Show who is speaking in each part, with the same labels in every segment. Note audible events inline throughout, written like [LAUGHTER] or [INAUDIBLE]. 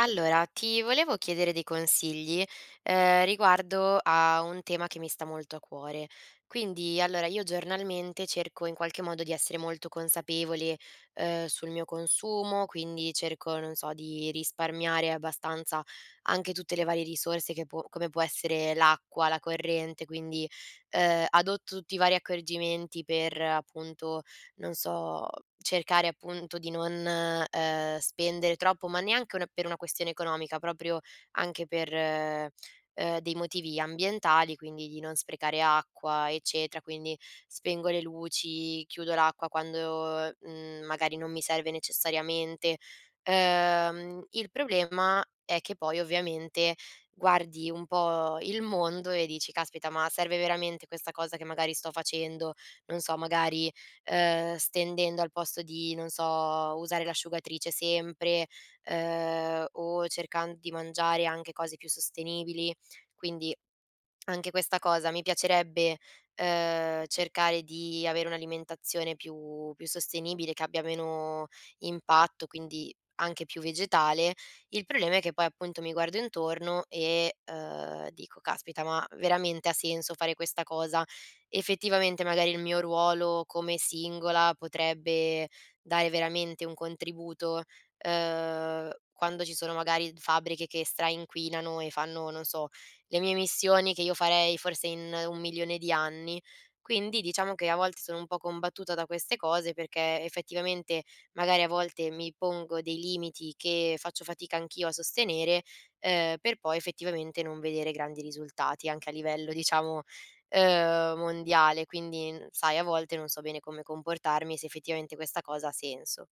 Speaker 1: Allora, ti volevo chiedere dei consigli, riguardo a un tema che mi sta molto a cuore. Quindi, allora, io giornalmente cerco in qualche modo di essere molto consapevole, sul mio consumo, quindi cerco, non so, di risparmiare abbastanza anche tutte le varie risorse che può come può essere l'acqua, la corrente, quindi, adotto tutti i vari accorgimenti per, appunto, non so, cercare appunto di non, spendere troppo, ma neanche una per una questione economica, proprio anche per, dei motivi ambientali, quindi di non sprecare acqua, eccetera. Quindi spengo le luci, chiudo l'acqua quando, magari non mi serve necessariamente. Il problema è che poi ovviamente guardi un po' il mondo e dici: "Caspita, ma serve veramente questa cosa che magari sto facendo?" Non so, magari stendendo al posto di, non so, usare l'asciugatrice sempre, o cercando di mangiare anche cose più sostenibili. Quindi anche questa cosa, mi piacerebbe, cercare di avere un'alimentazione più sostenibile, che abbia meno impatto, quindi anche più vegetale. Il problema è che poi appunto mi guardo intorno e, dico: "Caspita, ma veramente ha senso fare questa cosa?" Effettivamente magari il mio ruolo come singola potrebbe dare veramente un contributo, quando ci sono magari fabbriche che stra inquinano e fanno, non so, le mie missioni che io farei forse in 1 milione di anni. Quindi diciamo che a volte sono un po' combattuta da queste cose perché effettivamente magari a volte mi pongo dei limiti che faccio fatica anch'io a sostenere, per poi effettivamente non vedere grandi risultati anche a livello diciamo, mondiale. Quindi, sai, a volte non so bene come comportarmi e se effettivamente questa cosa ha senso.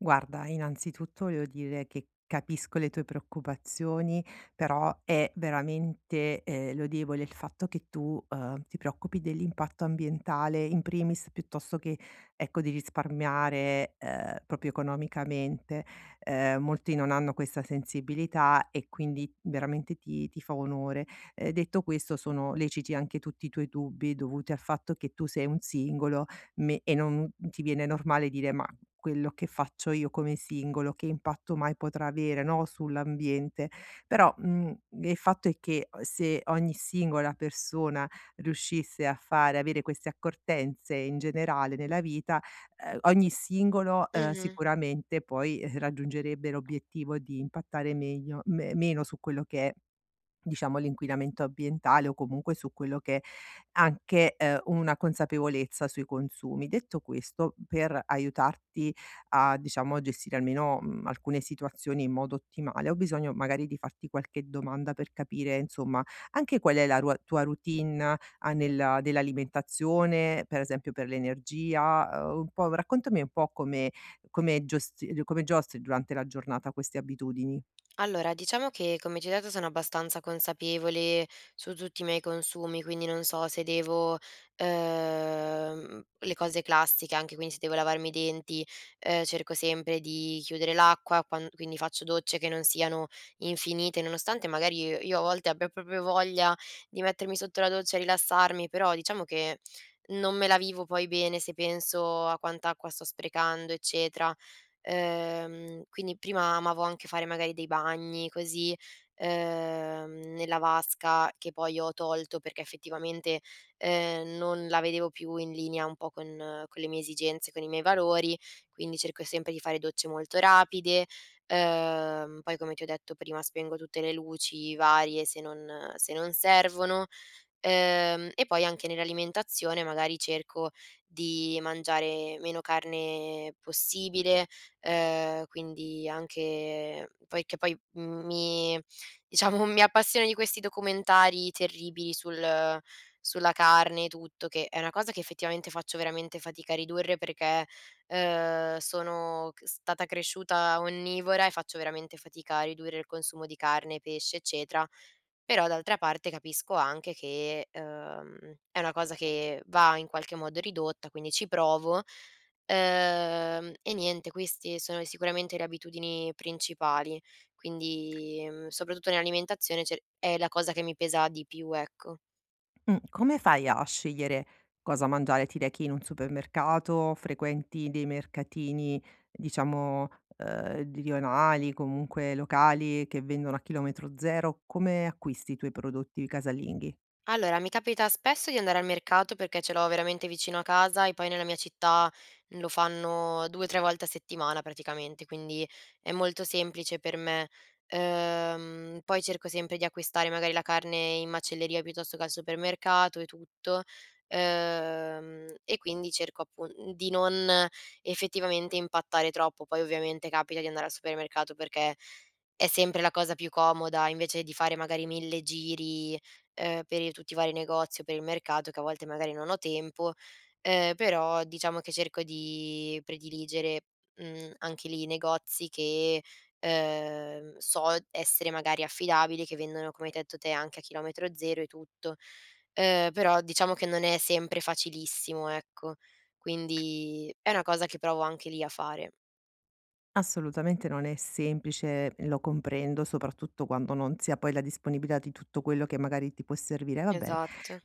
Speaker 2: Guarda, innanzitutto voglio dire che capisco le tue preoccupazioni, però è veramente lodevole il fatto che tu ti preoccupi dell'impatto ambientale in primis piuttosto che ecco, di risparmiare proprio economicamente. Molti non hanno questa sensibilità e quindi veramente ti fa onore. Detto questo, sono leciti anche tutti i tuoi dubbi dovuti al fatto che tu sei un singolo e non ti viene normale dire ma quello che faccio io come singolo, che impatto mai potrà avere, no, sull'ambiente. Però, il fatto è che se ogni singola persona riuscisse a fare avere queste accortenze in generale nella vita, ogni singolo,
Speaker 1: Mh-mh.
Speaker 2: sicuramente poi, raggiungerebbe l'obiettivo di impattare meglio me meno su quello che è diciamo l'inquinamento ambientale o comunque su quello che è anche, una consapevolezza sui consumi. Detto questo, per aiutarti a, diciamo, gestire almeno, alcune situazioni in modo ottimale, ho bisogno magari di farti qualche domanda per capire, insomma, anche qual è la rua tua routine, a nella dell'alimentazione, per esempio per l'energia, un po' raccontami un po' come come giosti come giostri durante la giornata queste abitudini.
Speaker 1: Allora, diciamo che come ti ho detto sono abbastanza consapevole su tutti i miei consumi, quindi non so se devo, le cose classiche, anche quindi se devo lavarmi i denti, cerco sempre di chiudere l'acqua, quan quindi faccio docce che non siano infinite, nonostante magari io a volte abbia proprio voglia di mettermi sotto la doccia e rilassarmi, però diciamo che non me la vivo poi bene se penso a quanta acqua sto sprecando, eccetera. Quindi prima amavo anche fare magari dei bagni così, nella vasca che poi ho tolto perché effettivamente, non la vedevo più in linea un po' con le mie esigenze, con i miei valori, quindi cerco sempre di fare docce molto rapide. Poi come ti ho detto prima, spengo tutte le luci varie se non servono. E poi anche nell'alimentazione magari cerco di mangiare meno carne possibile, quindi anche poi mi diciamo [LAUGHS] mi appassiono di questi documentari terribili sul sulla carne e tutto, che è una cosa che effettivamente faccio veramente fatica a ridurre perché, sono c stata cresciuta onnivora e faccio veramente fatica a ridurre il consumo di carne, pesce, eccetera, però d'altra parte capisco anche che, è una cosa che va in qualche modo ridotta, quindi ci provo. E niente, questi sono sicuramente le abitudini principali, quindi, soprattutto nell'alimentazione cer è la cosa che mi pesa di più, ecco.
Speaker 2: Come fai a scegliere cosa mangiare? Ti rechi in un supermercato, frequenti dei mercatini, diciamo, rionali, comunque locali che vendono a chilometro zero, come acquisti i tuoi prodotti casalinghi?
Speaker 1: Allora, mi capita spesso di andare al mercato perché ce l'ho veramente vicino a casa e poi nella mia città lo fanno 2, 3 volte a settimana praticamente, quindi è molto semplice per me. Poi cerco sempre di acquistare magari la carne in macelleria piuttosto che al supermercato e tutto. E quindi cerco appun di non effettivamente impattare troppo. Poi ovviamente capita di andare al supermercato perché è sempre la cosa più comoda invece di fare magari 1000 giri, per i tutti i vari negozi o per il mercato che a volte magari non ho tempo, però diciamo che cerco di prediligere, anche lì i negozi che, so essere magari affidabili, che vendono, come hai detto te, anche a chilometro zero e tutto. Però diciamo che non è sempre facilissimo, ecco. Quindi è una cosa che provo anche lì a fare.
Speaker 2: Assolutamente non è semplice, lo comprendo, soprattutto quando non si ha poi la disponibilità di tutto quello che magari ti può servire, va bene.
Speaker 1: Esatto.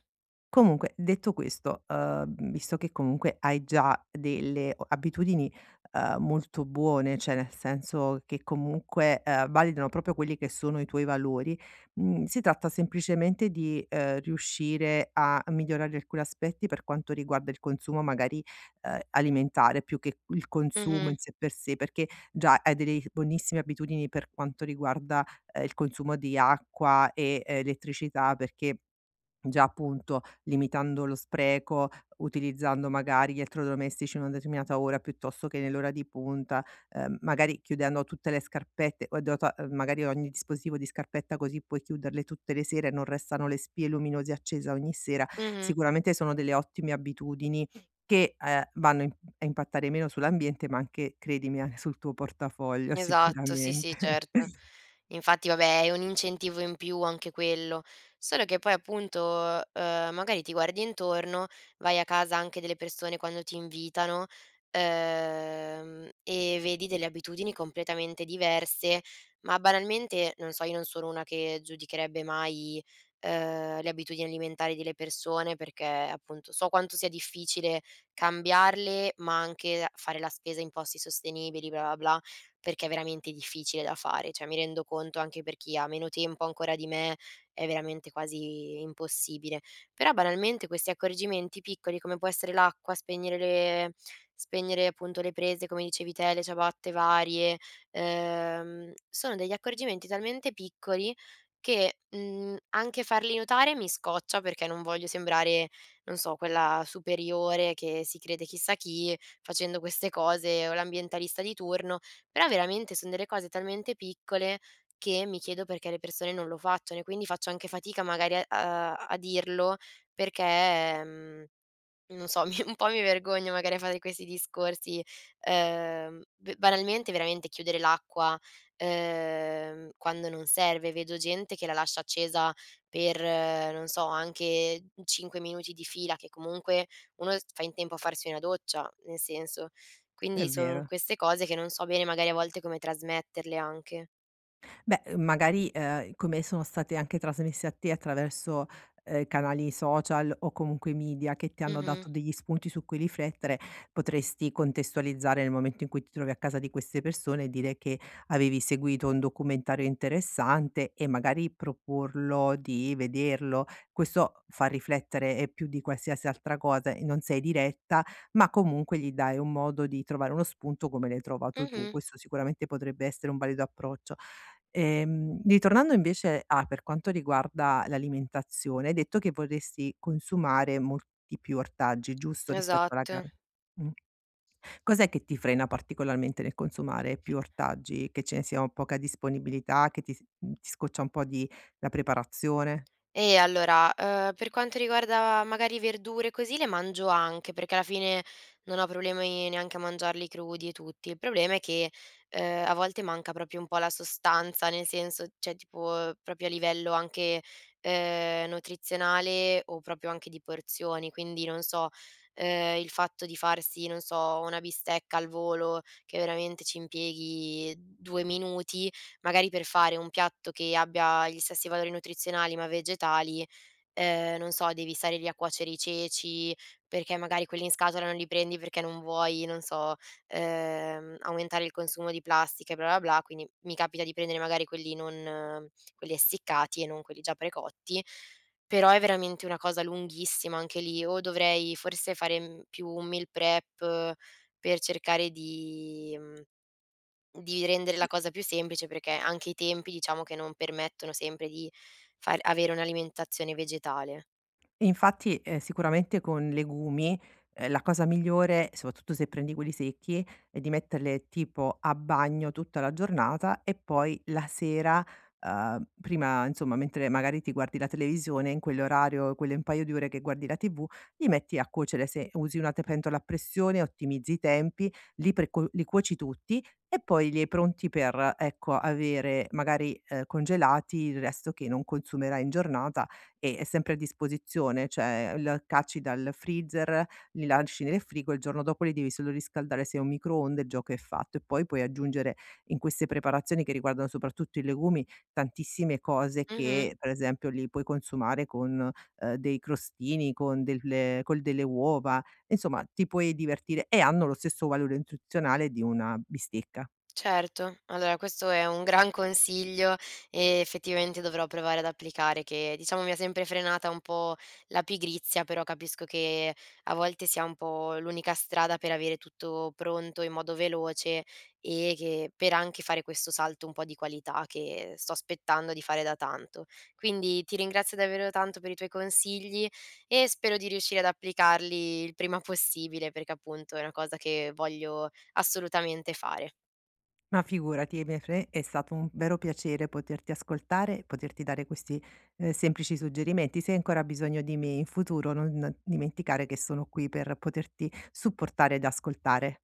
Speaker 2: Comunque, detto questo, visto che comunque hai già delle o abitudini, molto buone, cioè nel senso che comunque, validano proprio quelli che sono i tuoi valori, si tratta semplicemente di, riuscire a migliorare alcuni aspetti per quanto riguarda il consumo magari, alimentare più che il consumo
Speaker 1: Mh-mh,
Speaker 2: in sé per sé, perché già hai delle buonissime abitudini per quanto riguarda, il consumo di acqua e elettricità, perché già appunto limitando lo spreco, utilizzando magari gli elettrodomestici in una determinata ora piuttosto che nell'ora di punta, magari chiudendo tutte le scarpette o dota magari ogni dispositivo di scarpetta così puoi chiuderle tutte le sere e non restano le spie luminose accesa ogni sera.
Speaker 1: mh-mh.
Speaker 2: Sicuramente sono delle ottime abitudini che, vanno im a impattare meno sull'ambiente, ma anche, credimi, anche sul tuo portafoglio [LAUGHS]
Speaker 1: Esatto, sì, sì,
Speaker 2: sicuramente.
Speaker 1: certo.
Speaker 2: [LAUGHS]
Speaker 1: Infatti vabbè è un incentivo in più anche quello, solo che poi appunto, magari ti guardi intorno, vai a casa anche delle persone quando ti invitano, e vedi delle abitudini completamente diverse, ma banalmente, non so, io non sono una che giudicherebbe mai, le abitudini alimentari delle persone perché appunto so quanto sia difficile cambiarle, ma anche fare la spesa in posti sostenibili, bla, bla, bla perché è veramente difficile da fare. Cioè, mi rendo conto anche per chi ha meno tempo ancora di me, è veramente quasi impossibile. Però banalmente questi accorgimenti piccoli, come può essere l'acqua, spegnere appunto le prese, come dicevi te, le ciabatte varie, sono degli accorgimenti talmente piccoli che, anche farli notare mi scoccia perché non voglio sembrare, non so, quella superiore che si crede chissà chi facendo queste cose o l'ambientalista di turno. Però veramente son delle cose talmente piccole che mi chiedo perché le persone non lo facciano e quindi faccio anche fatica magari a dirlo perché, mhmm non so, [LAUGHS] mi un po' mi vergogno magari a fare questi discorsi, b banalmente veramente chiudere l'acqua, quando non serve. Vedo gente che la lascia accesa per, non so, anche 5 minuti di fila, che comunque uno s fa in tempo a farsi una doccia, nel senso.
Speaker 2: È
Speaker 1: Quindi son
Speaker 2: vero.
Speaker 1: queste cose che non so bene magari a volte come trasmetterle anche.
Speaker 2: Beh, magari, come sono state anche trasmesse a te attraverso, canali social o comunque media che ti hanno
Speaker 1: Mh-mh,
Speaker 2: dato degli spunti su cui riflettere, potresti contestualizzare nel momento in cui ti trovi a casa di queste persone e dire che avevi seguito un documentario interessante e magari proporlo di vederlo. Questo fa riflettere, più di qualsiasi altra cosa e non sei diretta, ma comunque gli dai un modo di trovare uno spunto come l'hai trovato tu.
Speaker 1: mh-mh,
Speaker 2: Questo sicuramente potrebbe essere un valido approccio. Ritornando invece a per quanto riguarda l'alimentazione, hai detto che vorresti consumare molti più ortaggi, giusto, rispetto alla
Speaker 1: esatto.
Speaker 2: carne? Mh. Cos'è che ti frena particolarmente nel consumare più ortaggi? Che ce ne sia poca disponibilità, che ti scoccia un po' di la preparazione?
Speaker 1: E allora, per quanto riguarda magari verdure così le mangio anche, perché alla fine non ho problemi neanche a mangiarli crudi e tutti. Il problema è che, a volte manca proprio un po' la sostanza, nel senso cioè tipo proprio a livello anche, nutrizionale o proprio anche di porzioni. Quindi non so, il fatto di farsi, non so, una bistecca al volo che veramente ci impieghi 2 minuti magari per fare un piatto che abbia gli stessi valori nutrizionali ma vegetali, non so, devi stare lì a cuocere i ceci, perché magari quelli in scatola non li prendi perché non vuoi, non so, aumentare il consumo di plastica e bla bla bla, quindi mi capita di prendere magari quelli essiccati e non quelli già precotti, però è veramente una cosa lunghissima anche lì, o dovrei forse fare, più un meal prep per cercare di, mhmm di rendere la cosa più semplice, perché anche i tempi diciamo che non permettono sempre di far avere un'alimentazione vegetale.
Speaker 2: Infatti, sicuramente con legumi, la cosa migliore, soprattutto se prendi quelli secchi, è di metterle tipo a bagno tutta la giornata e poi la sera, prima insomma mentre magari ti guardi la televisione, in quell'orario, quelle un paio di ore che guardi la TV, li metti a cuocere se usi una te pentola a pressione, ottimizzi i tempi, li cuoci tutti e poi li hai pronti per, ecco, avere magari, congelati il resto che non consumerai in giornata e è sempre a disposizione, cioè l cacci dal freezer, li lasci nel frigo, il giorno dopo li devi solo riscaldare se hai un microonde, il gioco è fatto. E poi puoi aggiungere in queste preparazioni che riguardano soprattutto i legumi, tantissime cose
Speaker 1: Mh-mh.
Speaker 2: che per esempio li puoi consumare con, dei crostini, con delle uova, insomma ti puoi divertire e hanno lo stesso valore nutrizionale di una bistecca.
Speaker 1: Certo, allora questo è un gran consiglio e effettivamente dovrò provare ad applicare che, diciamo, mi ha sempre frenata un po' la pigrizia, però capisco che a volte sia un po' l'unica strada per avere tutto pronto in modo veloce e che per anche fare questo salto un po' di qualità che sto aspettando di fare da tanto. Quindi ti ringrazio davvero tanto per i tuoi consigli e spero di riuscire ad applicarli il prima possibile, perché appunto è una cosa che voglio assolutamente fare.
Speaker 2: Ma figurati, e per me è stato un vero piacere poterti ascoltare, poterti dare questi, semplici suggerimenti. Se hai ancora bisogno di me in futuro, non dimenticare che sono qui per poterti supportare ed ascoltare.